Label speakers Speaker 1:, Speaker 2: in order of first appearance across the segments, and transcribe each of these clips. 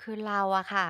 Speaker 1: คือเราอะค่ะ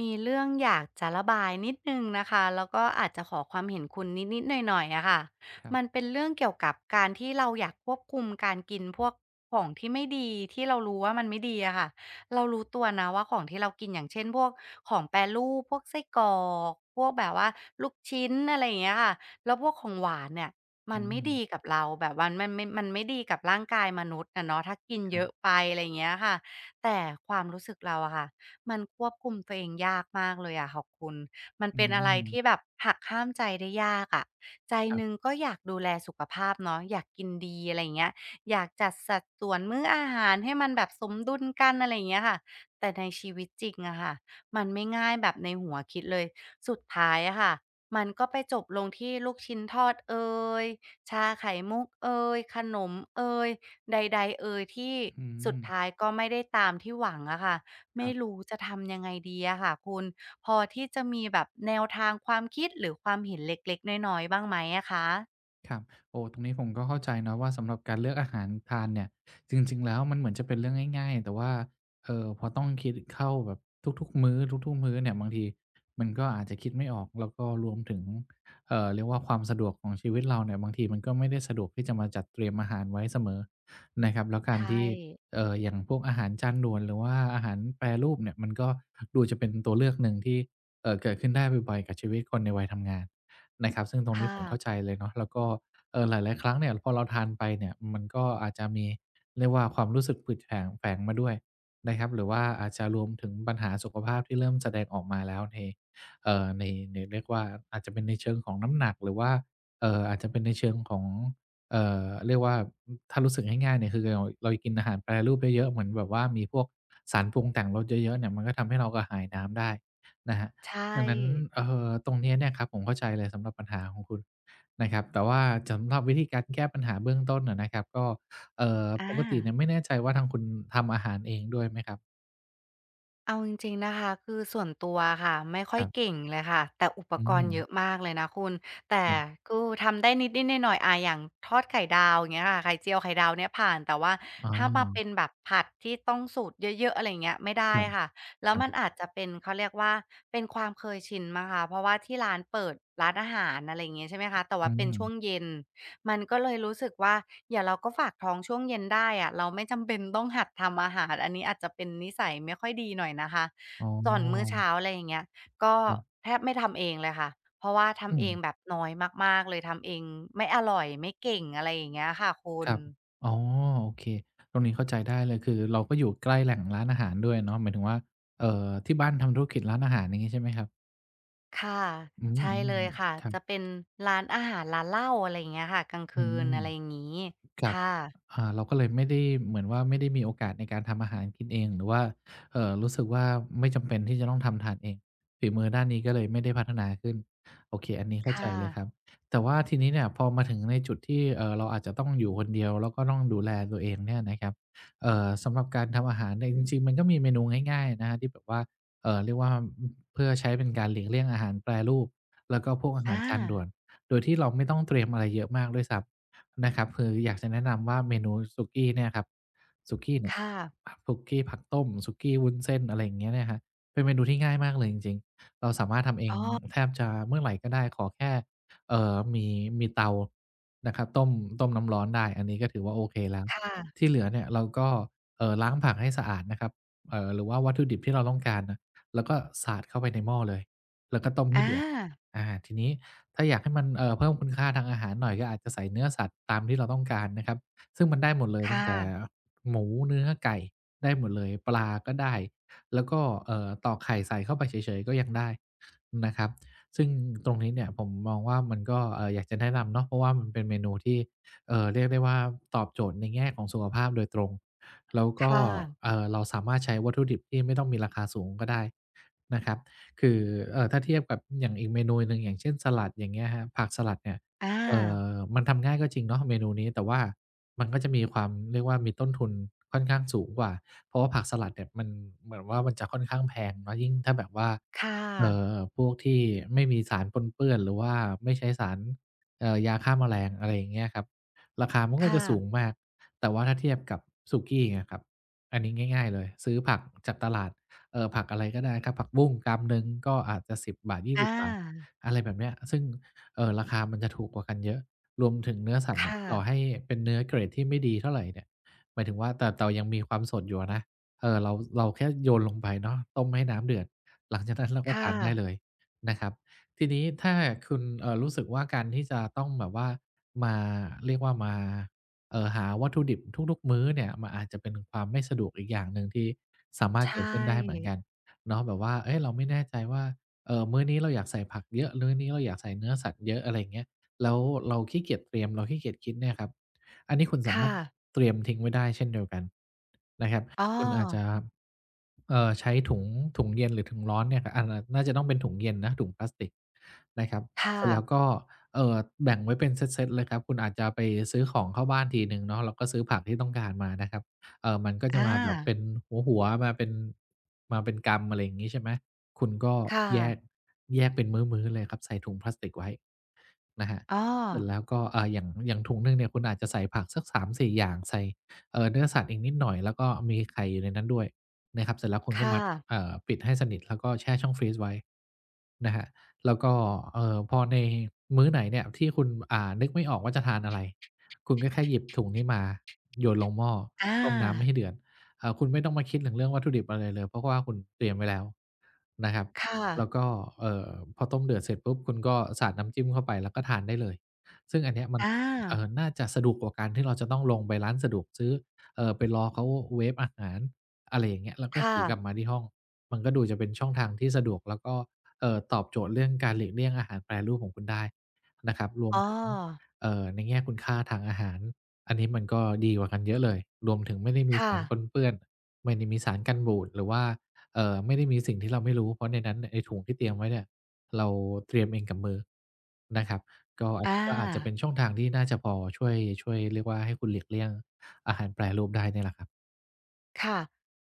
Speaker 1: มีเรื่องอยากจะระบายนิดหนึ่งนะคะแล้วก็อาจจะขอความเห็นคุณนิดๆหน่อยๆอะค่ะ
Speaker 2: ครั
Speaker 1: มัน
Speaker 2: บ
Speaker 1: เป็นเรื่องเกี่ยวกับการที่เราอยากควบคุมการกินพวกของที่ไม่ดีที่เรารู้ว่ามันไม่ดีอะค่ะเรารู้ตัวนะว่าของที่เรากินอย่างเช่นพวกของแปรรูปพวกไส้กรอกพวกแบบว่าลูกชิ้นอะไรอย่างเงี้ยค่ะแล้วพวกของหวานเนี่ยมั
Speaker 2: อื
Speaker 1: นไม่ดี
Speaker 2: ม
Speaker 1: กับเราแบบวันมันไม่ดีกับร่างกายมนุษย์อะเนาะถ้ากิน
Speaker 2: ค
Speaker 1: เย
Speaker 2: รั
Speaker 1: อะ
Speaker 2: บ
Speaker 1: ไปอะไรอย่างเงี้ยค่ะแต่ความรู้สึกเราอะค่ะ มันควบคุมตัวเองยากมากเลยอะค่ะคุณ มัน
Speaker 2: อื
Speaker 1: เป็นอะไรที่แบ
Speaker 2: ม
Speaker 1: บหักห้ามใจได้ยากอะใจ
Speaker 2: ครั
Speaker 1: หนึ่ง
Speaker 2: บ
Speaker 1: ก็อยากดูแลสุขภาพเนาะอยากกินดีอะไรอย่างเงี้ยอยากจัดสัดส่วนมื้ออาหารให้มันแบบสมดุลกันอะไรอย่างเงี้ยค่ะแต่ในชีวิตจริงอะค่ะมันไม่ง่ายแบบในหัวคิดเลยสุดท้ายอะค่ะมันก็ไปจบลงที่ลูกชิ้นทอดเอยชาไข่มุกเอยขนมเอยใดๆเอยที่
Speaker 2: อื
Speaker 1: สุด
Speaker 2: ม
Speaker 1: ท้ายก็ไม่ได้ตามที่หวังอะค่ะ
Speaker 2: ค
Speaker 1: ไม่
Speaker 2: รับ
Speaker 1: รู้จะทำยังไงดีอะค่ะคุณพอที่จะมีแบบแนวทางความคิดหรือความเห็นเล็กๆน้อยๆบ้างไหมอะคะ
Speaker 2: ครับโอ้ตรงนี้ผมก็เข้าใจนะว่าสำหรับการเลือกอาหารทานเนี่ยจริงๆแล้วมันเหมือนจะเป็นเรื่องง่ายๆแต่ว่าพอต้องคิดเข้าแบบทุกๆมื้อทุกๆมื้อเนี่ยบางทีมันก็อาจจะคิดไม่ออกแล้วก็รวมถึงเรียกว่าความสะดวกของชีวิตเราเนี่ยบางทีมันก็ไม่ได้สะดวกที่จะมาจัดเตรียมอาหารไว้เสมอนะครับแล้วกา
Speaker 1: ใช
Speaker 2: ร
Speaker 1: ่
Speaker 2: ที่อย่างพวกอาหารจานด่วนหรือว่าอาหารแปรรูปเนี่ยมันก็ดูจะเป็นตัวเลือกหนึ่งที่เกิดขึ้นได้บ่อยๆกับชีวิตคนในวัยทำงาน นะครับซึ่งตรงนี้
Speaker 1: ค่ะ
Speaker 2: ผมเข้าใจเลยเนาะแล้วก็หลายๆครั้งเนี่ยพอเราทานไปเนี่ยมันก็อาจจะมีเรียกว่าความรู้สึกผืดแผงแฝงมาด้วยนะครับหรือว่าอาจจะรวมถึงปัญหาสุขภาพที่เริ่มแสดงออกมาแล้วในในเรียกว่าอาจจะเป็นในเชิงของน้ำหนักหรือว่าอาจจะเป็นในเชิงของเรียกว่าอืมถ้ารู้สึกง่ายๆเนี่ยคือเรากินอาหารแปรรูปเยอะๆเหมือนแบบว่ามีพวกสารปรุงแต่งรสเยอะๆเนี่ยมันก็ทำให้เรากระหายน้ำได้นะครับ
Speaker 1: ใช
Speaker 2: ดังนั้น
Speaker 1: ่
Speaker 2: ตรงเนี้ยเนี่ยครับผมเข้าใจเลยสำหรับปัญหาของคุณนะครับแต่ว่าสำหรับวิธีการแก้ปัญหาเบื้องต้นอะนะครับก็
Speaker 1: อา
Speaker 2: ปกติเนี่ยไม่แน่ใจว่าทางคุณทำอาหารเองด้วยไหมครับ
Speaker 1: เอาจริงๆนะคะคือส่วนตัวค่ะไม่ค่อ
Speaker 2: ค
Speaker 1: ย
Speaker 2: รับ
Speaker 1: เก่งเลยค่ะแต่อุป
Speaker 2: อื
Speaker 1: กร
Speaker 2: ม
Speaker 1: ณ์เยอะมากเลยนะคุณแต่
Speaker 2: ครับ
Speaker 1: ก็ทำได้นิดๆหน่อยๆอาอย่างทอดไข่ดาวอย่างเงี้ยค่ะไข่เจียวไข่ดาวเนี่ยผ่านแต่ว่า
Speaker 2: อ๋อ
Speaker 1: ถ้ามาเป็นแบบผัดที่ต้องสูตรเยอะๆอะไรอย่างเงี้ยไม่ได้
Speaker 2: ครับ
Speaker 1: ค่ะแล้
Speaker 2: ค
Speaker 1: ว
Speaker 2: รั
Speaker 1: มัน
Speaker 2: บ
Speaker 1: อาจจะเป็นเขาเรียกว่าเป็นความเคยชินมั้งคะเพราะว่าที่ร้านเปิดร้านอาหารอะไรอย่างงี้ใช่ไหมคะแต่
Speaker 2: อื
Speaker 1: ว่าเป็นช่วง
Speaker 2: ม
Speaker 1: เย็น มันก็เลยรู้สึกว่าอย่าเราก็ฝากท้องช่วงเย็นได้อะเราไม่จำเป็นต้องหัดทำอาหารอันนี้อาจจะเป็นนิสัยไม่ค่อยดีหน่อยนะคะ
Speaker 2: อ๋อ
Speaker 1: ส่วนมื้อเช้าอะไรอย่างเงี้ยก็
Speaker 2: ครับ
Speaker 1: แทบไม่ทำเองเลยค่ะเพราะว่า
Speaker 2: อื
Speaker 1: ทำเอ
Speaker 2: ม
Speaker 1: งแบบน้อยมากๆเลยทำเองไม่อร่อยไม่เก่งอะไรอย่างเงี้ยค่ะคุ
Speaker 2: ค
Speaker 1: ณ
Speaker 2: รับอ๋อโอเคตรงนี้เข้าใจได้เลยคือเราก็อยู่ใกล้แหล่งร้านอาหารด้วยเนาะหมายถึงว่าที่บ้านทำธุรกิจร้านอาหารอย่างงี้ใช่ไหมครับ
Speaker 1: ค่ะ
Speaker 2: อื
Speaker 1: ใช่เล
Speaker 2: ม
Speaker 1: ยค่ะ
Speaker 2: ๆครับ
Speaker 1: จะเป็นร้านอาหารร้านเหล้าอะไรอย่างเงี้ยค่ะกลางคื
Speaker 2: อื
Speaker 1: น
Speaker 2: ม
Speaker 1: อะไรอย่างงี้
Speaker 2: ครับ
Speaker 1: ค่ะ
Speaker 2: อ่าเราก็เลยไม่ได้เหมือนว่าไม่ได้มีโอกาสในการทำอาหารกินเองหรือว่ารู้สึกว่าไม่จำเป็นที่จะต้องทำทานเองฝีมือด้านนี้ก็เลยไม่ได้พัฒนาขึ้น โอเคอันนี้เข้าใจ
Speaker 1: ค่ะ
Speaker 2: เลยครับแต่ว่าทีนี้เนี่ยพอมาถึงในจุดที่เราอาจจะต้องอยู่คนเดียวแล้วก็ต้องดูแลตัวเองเนี่ยนะครับสำหรับการทำอาหารเนี่ยจริงๆมันก็มีเมนูง่ายๆนะครับที่แบบว่าเรียกว่าเพื่อใช้เป็นการหลีกเลี่ยงอาหารแปรรูปแล้วก็พวกอา
Speaker 1: อ
Speaker 2: หารจานด่
Speaker 1: า
Speaker 2: วน โดยที่เราไม่ต้องเตรียมอะไรเยอะมากด้วยซ้ำนะครับคืออยากจะแนะนำว่าเมนูสุกี้เนี่ยครับสุกี้เนี่ย
Speaker 1: ค่ะ
Speaker 2: ผักสุกี้ผักต้มสุกี้วุ้นเส้นอะไรอย่างเงี้ยเนี่ยครับเป็นเมนูที่ง่ายมากเลยจริงๆเราสามารถทำเอ
Speaker 1: อ๋
Speaker 2: ง
Speaker 1: อ
Speaker 2: แทบจะเมื่อไหร่ก็ได้ขอแค่เอ่อมีมีเตานะครับต้มน้ำร้อนได้อันนี้ก็ถือว่าโอเคแล้ว
Speaker 1: ค่ะ
Speaker 2: ที่เหลือเนี่ยเราก็ล้างผักให้สะอาดนะครับหรือว่าวัตถุดิบที่เราต้องการนะแล้วก็สาดเข้าไปในหม้อเลยแล้วก็ต้ม
Speaker 1: อ
Speaker 2: ให้เดือด
Speaker 1: า
Speaker 2: อาทีนี้ถ้าอยากให้มันเพิ่มคุณค่าทางอาหารหน่อยก็อาจจะใส่เนื้อสัตว์ตามที่เราต้องการนะครับซึ่งมันได้หมดเลยตั้
Speaker 1: ค่ะ
Speaker 2: งแต่หมูเนื้อไก่ได้หมดเลยปลาก็ได้แล้วก็ตอกไข่ใส่เข้าไปเฉยๆก็ยังได้นะครับซึ่งตรงนี้เนี่ยผมมองว่ามันก็อยากจะแนะนำเนาะเพราะว่ามันเป็นเมนูที่เรียกได้ว่าตอบโจทย์ในแง่ของสุขภาพโดยตรงแล้วก็
Speaker 1: ค่ะ
Speaker 2: เราสามารถใช้วัตถุดิบที่ไม่ต้องมีราคาสูงก็ได้นะครับ คือถ้าเทียบกับอย่างอีกเมนูหนึ่งอย่างเช่นสลัดอย่างเงี้ยครับผักสลัดเนี่ย
Speaker 1: อ
Speaker 2: เอ่
Speaker 1: า
Speaker 2: อมันทำง่ายก็จริงเนาะเมนูนี้แต่ว่ามันก็จะมีความเรียกว่ามีต้นทุนค่อนข้างสูงกว่าเพราะว่าผักสลัดเนี่ยมันเหมือนว่ามันจะค่อนข้างแพงเนาะยิ่งถ้าแบบว่า
Speaker 1: ค่ะ
Speaker 2: พวกที่ไม่มีสารปนเปื้อนหรือว่าไม่ใช้สารยาฆ่าแมลงอะไรอย่างเงี้ยครับราคามันก็
Speaker 1: ค่ะ
Speaker 2: จะสูงมากแต่ว่าถ้าเทียบกับสุกี้เงี้ยครับอันนี้ง่ายๆเลยซื้อผักจากตลาด ผักอะไรก็ได้ครับผักบุ้งกรัมหนึ่งก็อาจจะ10บบาท
Speaker 1: อ
Speaker 2: 20บบาท
Speaker 1: า
Speaker 2: อะไรแบบเนี้ยซึ่งราคามันจะถูกกว่ากันเยอะรวมถึงเนื้อสัตว์เนี่ย
Speaker 1: ค่ะ
Speaker 2: ต่อให้เป็นเนื้อเกรดที่ไม่ดีเท่าไรเนี่ยหมายถึงว่าแต่ยังมีความสดอยู่อะนะเอ่อเราเราแค่โยนลงไปเนาะต้มให้น้ำเดือดหลังจากนั้นเราก็
Speaker 1: ค่ะ
Speaker 2: ทานได้เลยนะครับทีนี้ถ้าคุณรู้สึกว่าการที่จะต้องแบบว่ามาเรียกว่ามา หาวัตถุดิบทุกๆมื้อเนี่ยมันอาจจะเป็นความไม่สะดวกอีกอย่างหนึ่งที่สามาร
Speaker 1: ใช
Speaker 2: ถเกิดขึ้นได้เหมือน
Speaker 1: ่
Speaker 2: กันเนาะแบบว่าเฮ้ยเราไม่แน่ใจว่ามื้อนี้เราอยากใส่ผักเยอะมื้อนี้เราอยากใส่เนื้อสัตว์เยอะอะไรอย่างเงี้ยแล้วเราขี้เกียจเตรียมเราขี้เกียจคิดเนี่ยครับอันนี้คุณสามาร
Speaker 1: ค่ะ
Speaker 2: ถเตรียมทิ้งไว้ได้เช่นเดียวกันนะครับ
Speaker 1: อ้อ
Speaker 2: คุณอาจจะใช้ถุงเย็นหรือถุงร้อนเนี่ยครับอันน่าจะต้องเป็นถุงเย็นนะถุงพลาสติกนะครับ
Speaker 1: ค
Speaker 2: เสร็จแล้ว
Speaker 1: ่ะ
Speaker 2: ก็ เอ่อแบ่งไว้เป็นเซตๆเลยครับคุณอาจจะไปซื้อของเข้าบ้านทีหนึ่งเนาะแล้วก็ซื้อผักที่ต้องการมานะครับมันก็จะ
Speaker 1: อา
Speaker 2: มาแบบเป็นหัวๆมาเป็นกำอะไรอย่างงี้ใช่ไหมคุณก็
Speaker 1: ค่ะ
Speaker 2: แยกแยกเป็นมื้อๆเลยครับใส่ถุงพลาสติกไว้นะครับ
Speaker 1: อ้อ
Speaker 2: เสร็จแล้วก็อย่างถุงหนึ่งเนี่ยคุณอาจจะใส่ผักสัก3-4อย่างใส่เนื้อสัตว์อีกนิดหน่อยแล้วก็มีไข่อยู่ในนั้นด้วยนะครับเสร็จแล้วคุณก็
Speaker 1: ค่ะ
Speaker 2: มัดปิดให้สนิทแล้วก็แช่ช่องฟรีซไว้นะครับ แล้วก็พอในมื้อไหนเนี่ยที่คุณนึกไม่ออกว่าจะทานอะไรคุณก็แค่หยิบถุงนี้มาโยนลงหม้อ
Speaker 1: อา
Speaker 2: ต้มน้ำให้เดือดเอ่าคุณไม่ต้องมาคิดถึงเรื่องวัตถุดิบอะไรเลยเพราะว่าคุณเตรียมไว้แล้วนะครับ
Speaker 1: ค่ะ
Speaker 2: แล้วก็เอ่อพอต้มเดือดเสร็จปุ๊บคุณก็สาดน้ำจิ้มเข้าไปแล้วก็ทานได้เลยซึ่งอันเนี้ยมัน
Speaker 1: อา
Speaker 2: น่าจะสะดวกกว่าการที่เราจะต้องลงไปร้านสะดวกซื้อไปรอเขาเวฟอาหารอะไรอย่างเงี้ยแล้วก็
Speaker 1: ค่ะ
Speaker 2: ถือกลับมาที่ห้องมันก็ดูจะเป็นช่องทางที่สะดวกแล้วก็ ตอบโจทย์เรื่องการหลีกเลี่ยงอาหารแปรรูปของคุณได้นะครับรวม
Speaker 1: อ้อ
Speaker 2: ถึงในแง่คุณค่าทางอาหารอันนี้มันก็ดีกว่ากันเยอะเลยรวมถึงไม่ได้มี
Speaker 1: ค่ะ
Speaker 2: สารปนเปื้อนไม่ได้มีสารกันบูดหรือว่าไม่ได้มีสิ่งที่เราไม่รู้เพราะในนั้นไอ้ถุงที่เตรียมไว้เนี่ยเราเตรียมเองกับมือนะครับก็อัน
Speaker 1: อา
Speaker 2: นี้ก็อาจจะเป็นช่องทางที่น่าจะพอช่วยเรียกว่าให้คุณหลีกเลี่ยงอาหารแปรรูปได้เนี่ยแหละครับ
Speaker 1: ค่ะ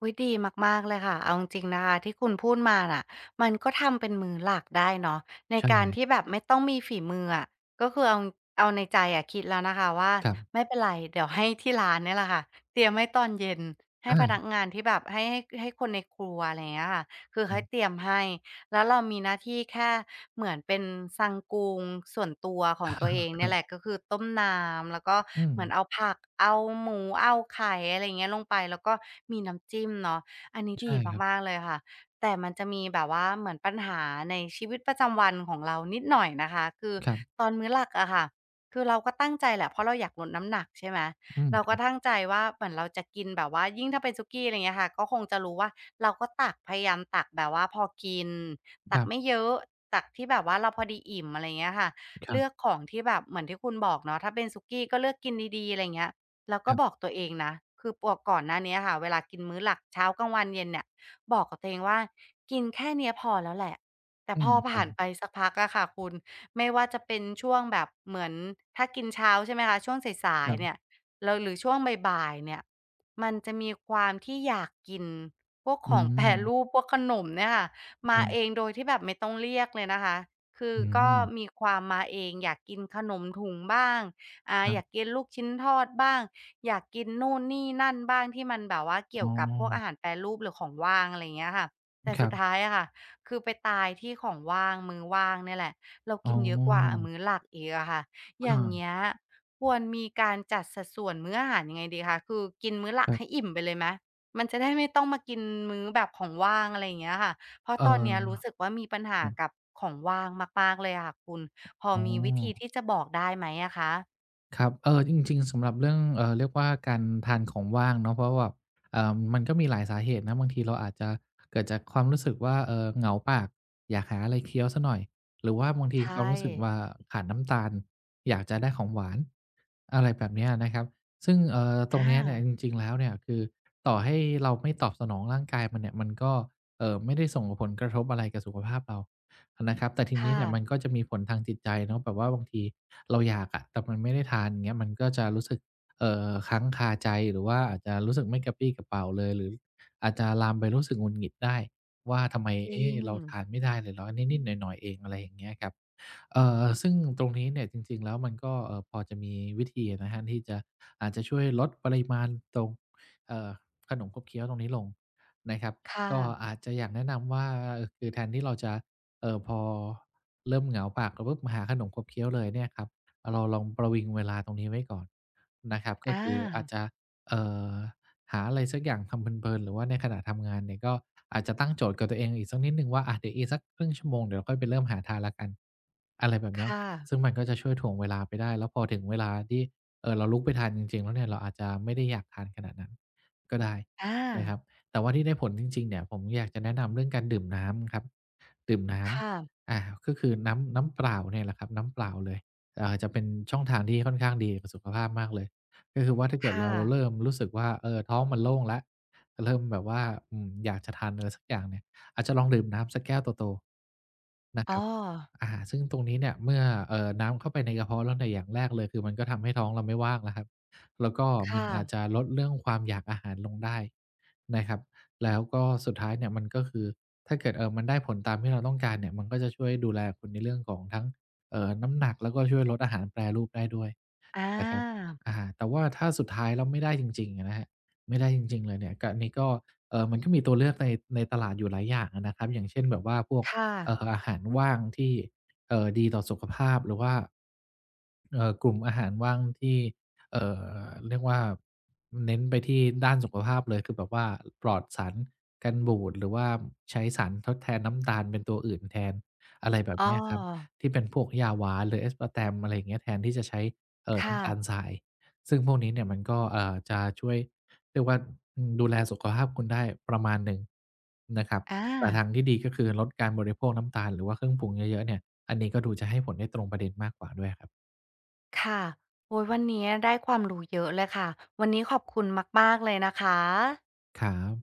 Speaker 1: อุ๊ยดีมากๆเลยค่ะเอาจริงๆนะคะที่คุณพูดมาน่ะมันก็ทำเป็นมื้อหลักได้เนาะในการที่
Speaker 2: ใช่
Speaker 1: แบบไม่ต้องมีฝีมืออะก็คือเอาเอาในใจอะคิดแล้วนะคะว่า
Speaker 2: ครับ
Speaker 1: ไม่เป็นไรเดี๋ยวให้ที่ร้านเนี่ยแหละค่ะเตรียมให้ตอนเย็นให้
Speaker 2: อา
Speaker 1: พนักงานที่แบบให้คนในครัวอะไรอย่างเงี้ยค่ะคือ
Speaker 2: ค
Speaker 1: ให้
Speaker 2: รั
Speaker 1: เต
Speaker 2: บ
Speaker 1: รียมให้แล้วเรามีหน้าที่แค่ เหมือนเป็นซังกุงส่วนตัวของตัวเอง เนี่ยแหละก็คือต้มน้ำแล้วก็
Speaker 2: อืม
Speaker 1: เหมือนเอาผักเอาหมูเอาไข่อะไรอย่างเงี้ยลงไปแล้วก็มีน้ำจิ้มเนาะอันนี้
Speaker 2: ใช่
Speaker 1: ดี
Speaker 2: ครับ
Speaker 1: มากๆเลยค่ะแต่มันจะมีแบบว่าเหมือนปัญหาในชีวิตประจำวันของเรานิดหน่อยนะคะคือ
Speaker 2: ครับ
Speaker 1: ตอนมื้อหลักอะค่ะคือเราก็ตั้งใจแหละเพราะเราอยากลดน้ำหนักใช่ไหม
Speaker 2: อืม
Speaker 1: เรา
Speaker 2: ค
Speaker 1: ก็
Speaker 2: รับ
Speaker 1: ตั้งใจว่าเหมือนเราจะกินแบบว่ายิ่งถ้าเป็นสุกี้อะไรอย่างเงี้ยค่ะก็คงจะรู้ว่าเราก็ตักพยายามตักแบบว่าพอกิน ตั
Speaker 2: ค
Speaker 1: ก
Speaker 2: รั
Speaker 1: ไม่
Speaker 2: บ
Speaker 1: เยอะตักที่แบบว่าเราพอดีอิ่มอะไรเงี้ยค่ะ
Speaker 2: ครั
Speaker 1: เลือก
Speaker 2: บ
Speaker 1: ของที่แบบเหมือนที่คุณบอกเนาะถ้าเป็นสุกี้ก็เลือกกินดีๆอะไรเงี้ยแล้วก็
Speaker 2: ครั
Speaker 1: บอก
Speaker 2: บ
Speaker 1: ตัวเองนะคือปวกก่อนหน้าเนี้ยค่ะเวลากินมื้อหลักเช้ากลางวันเย็นเนี่ยบอกกับตัวเองว่ากินแค่เนี้ยพอแล้วแหละแต่
Speaker 2: อื
Speaker 1: พ
Speaker 2: ม
Speaker 1: อ
Speaker 2: ครั
Speaker 1: ผ่าน
Speaker 2: บ
Speaker 1: ไปสักพักอะค่ะคุณไม่ว่าจะเป็นช่วงแบบเหมือนถ้ากินเช้าใช่ไหมคะช่วงสา
Speaker 2: ค
Speaker 1: ย
Speaker 2: รั
Speaker 1: ๆเนี่ย
Speaker 2: บ
Speaker 1: แล้วหรือช่วงบ่ายๆเนี่ยมันจะมีความที่อยากกินพวก
Speaker 2: อื
Speaker 1: ของแปรรูป
Speaker 2: ม
Speaker 1: พวกขนมเนี่ยค่ะ
Speaker 2: ค
Speaker 1: มา
Speaker 2: รั
Speaker 1: เอง
Speaker 2: บ
Speaker 1: โดยที่แบบไม่ต้องเรียกเลยนะคะ คือ
Speaker 2: อื
Speaker 1: ก็
Speaker 2: ม
Speaker 1: มีความมาเองอยากกินขนมถุงบ้างอ่า
Speaker 2: ครั
Speaker 1: อยาก
Speaker 2: บ
Speaker 1: กินลูกชิ้นทอดบ้างอยากกินนู่นนี่นั่นบ้างที่มันแบบว่าเกี่ย
Speaker 2: อ๋อ
Speaker 1: วกับพวกอาหารแปรรูปหรือของว่างอะไรอย่างเงี้ยค่ะแต่
Speaker 2: ค
Speaker 1: สุ
Speaker 2: รั
Speaker 1: ด
Speaker 2: บ
Speaker 1: ท้ายอะค่ะคือไปตายที่ของว่างมื้อว่างเนี่ยแหละเรา
Speaker 2: อ๋
Speaker 1: กิ
Speaker 2: อ
Speaker 1: นเยอะกว่ามื้อหลักอีกอะค่ะอย่างเงี้
Speaker 2: อา
Speaker 1: ยควรมีการจัดสัดส่วนมื้ออาหารยังไงดีคะคือกินมื้อหลัก
Speaker 2: ครั
Speaker 1: ให้
Speaker 2: บ
Speaker 1: อิ่มไปเลยไหมมันจะได้ไม่ต้องมากินมื้อแบบของว่างอะไรอย่างเงี้ยค่ะ เพราะ
Speaker 2: เอ่
Speaker 1: ตอนเนี้ยรู้
Speaker 2: อ
Speaker 1: สึกว่ามีปัญหา
Speaker 2: ครั
Speaker 1: กับ
Speaker 2: บ
Speaker 1: ของว่างมากๆเลยอะค่ะคุณพอ
Speaker 2: อ๋อ
Speaker 1: มีวิธีที่จะบอกได้ไหมอะคะ
Speaker 2: ครับเออจริงๆสำหรับเรื่องเรียกว่าการทานของว่างเนาะเพราะว่าแบบมันก็มีหลายสาเหตุนะบางทีเราอาจจะเกิดจากความรู้สึกว่าเหงาปากอยากหาอะไรเคี้ยวสักหน่อยหรือว่าบางที
Speaker 1: ใช
Speaker 2: ความ
Speaker 1: ่
Speaker 2: รู้สึกว่าขาดน้ำตาลอยากจะได้ของหวานอะไรแบบเนี้ยนะครับซึ่งตร
Speaker 1: อา
Speaker 2: งเนี้ยเนี่ยจริงๆแล้วเนี่ยคือต่อให้เราไม่ตอบสนองร่างกายมันเนี่ยมันก็ไม่ได้ส่งผลกระทบอะไรกับสุขภาพเรา นะครับแต่ทีนี้
Speaker 1: ค่ะ
Speaker 2: เนี่ยมันก็จะมีผลทางจิตใจเนาะแบบว่าบางทีเราอยากอะแต่มันไม่ได้ทานอย่างเงี้ยมันก็จะรู้สึกค้างคาใจหรือว่าอาจจะรู้สึกไม่กระปรี้กระเปร่าเลยหรืออาจจะลามไปรู้สึกหงุดหงิดได้ว่าทำไม
Speaker 1: จริ
Speaker 2: เอ๊ะ
Speaker 1: ง
Speaker 2: เราทานไม่ได้เลยเหรอนิดๆหน่อยๆเองอะไรอย่างเงี้ยครับซึ่งตรงนี้เนี่ยจริงๆแล้วมันก็พอจะมีวิธีอะนะครับที่จะอาจจะช่วยลดปริมาณตรงเอ่อขนมขบเคี้ยวตรงนี้ลงนะครับ
Speaker 1: ค่ะ
Speaker 2: ก็อาจจะอยากแนะนำว่าคือแทนที่เราจะ เออพอเริ่มเหงาปากแล้วปุ๊บมาหาขนมขบเคี้ยวเลยเนี่ยครับเราลองประวิงเวลาตรงนี้ไว้ก่อนนะครับก็
Speaker 1: อา
Speaker 2: คืออาจจะเอ่อหาอะไรสักอย่างทำเพลินๆหรือว่าในขณะทำงานเนี่ยก็อาจจะตั้งโจทย์กับตัวเองอีกสักนิดหนึ่งว่าอะเดี๋ยวอีกสักครึ่งชั่วโมงเดี๋ยวเราค่อยไปเริ่มหาทานแล้วกันอะไรแบบเนี้ย
Speaker 1: ค่ะ
Speaker 2: ซึ่งมันก็จะช่วยถ่วงเวลาไปได้แล้วพอถึงเวลาที่เราลุกไปทานจริงๆแล้วเนี่ยเราอาจจะไม่ได้อยากทานขนาดนั้นก็ได้
Speaker 1: อา
Speaker 2: นะครับแต่ว่าที่ได้ผลจริงๆเนี่ยผมอยากจะแนะนำเรื่องการดื่มน้ำครับ ดื่มน้
Speaker 1: ค่ะ
Speaker 2: ำอาก็คือน้ำเปล่าเนี่ยแหละครับน้ำเปล่าเลยจะเป็นช่องทางที่ค่อนข้างดีกับสุขภาพมากเลยก็คือว่าถ้าเกิด
Speaker 1: ค่ะ
Speaker 2: เราเริ่มรู้สึกว่าเออท้องมันโล่งแล้วเริ่มแบบว่าอยากจะทานอะไรสักอย่างเนี่ยอาจจะลองดื่มน้ำสักแก้วโตๆนะค
Speaker 1: อ้อ
Speaker 2: รับอาซึ่งตรงนี้เนี่ยเมื่อน้ำเข้าไปในกระเพาะแล้วเนี่ยอย่างแรกเลยคือมันก็ทำให้ท้องเราไม่ว่างแล้วครับแล้วก็มัน
Speaker 1: ค่ะ
Speaker 2: อาจจะลดเรื่องความอยากอาหารลงได้นะครับแล้วก็สุดท้ายเนี่ยมันก็คือ ถ้าเกิดมันได้ผลตามที่เราต้องการเนี่ยมันก็จะช่วยดูแลคุณในเรื่องของทั้งน้ำหนักแล้วก็ช่วยลดอาหารแปรรูปได้ด้วย
Speaker 1: อ
Speaker 2: นะครับ
Speaker 1: า
Speaker 2: อาแต่ว่าถ้าสุดท้ายแล้วไม่ได้จริงๆอะนะครับไม่ได้จริงๆเลยเนี่ยก็นี่ก็มันก็มีตัวเลือกในตลาดอยู่หลายอย่างอะนะครับอย่างเช่นแบบว่าพวก
Speaker 1: ค่ะ
Speaker 2: อาหารว่างที่ดีต่อสุขภาพ หรือว่ากลุ่มอาหารว่างที่เอ่เรียกว่าเน้นไปที่ด้านสุขภาพเลยคือแบบว่าปลอดสารกันบูด หรือว่าใช้สารทดแทนน้ำตาลเป็นตัวอื่นแทนอะไรแบบ
Speaker 1: อ้
Speaker 2: เนี้ยครับ
Speaker 1: อ
Speaker 2: ที่เป็นพวกยาหวานหรือ Aspartam อะไรอย่างเงี้ยแทนที่จะใช้
Speaker 1: ค่ะ
Speaker 2: น้ำตาลทรายซึ่งพวกนี้เนี่ยมันก็จะช่วยเรียกว่าดูแลสุขภาพคุณได้ประมาณหนึ่งนะครับ
Speaker 1: อ
Speaker 2: แต่ทา
Speaker 1: า
Speaker 2: งที่ดีก็คือลดการบริโภคน้ำตาลหรือว่าเครื่องปรุงเยอะๆเนี่ยอันนี้ก็ดูจะให้ผลได้ตรงประเด็นมากกว่าด้วยครับ
Speaker 1: ค่ะโอ้ยวันนี้ได้ความรู้เยอะเลยค่ะวันนี้ขอบคุณมากๆเลยนะคะ
Speaker 2: ครับ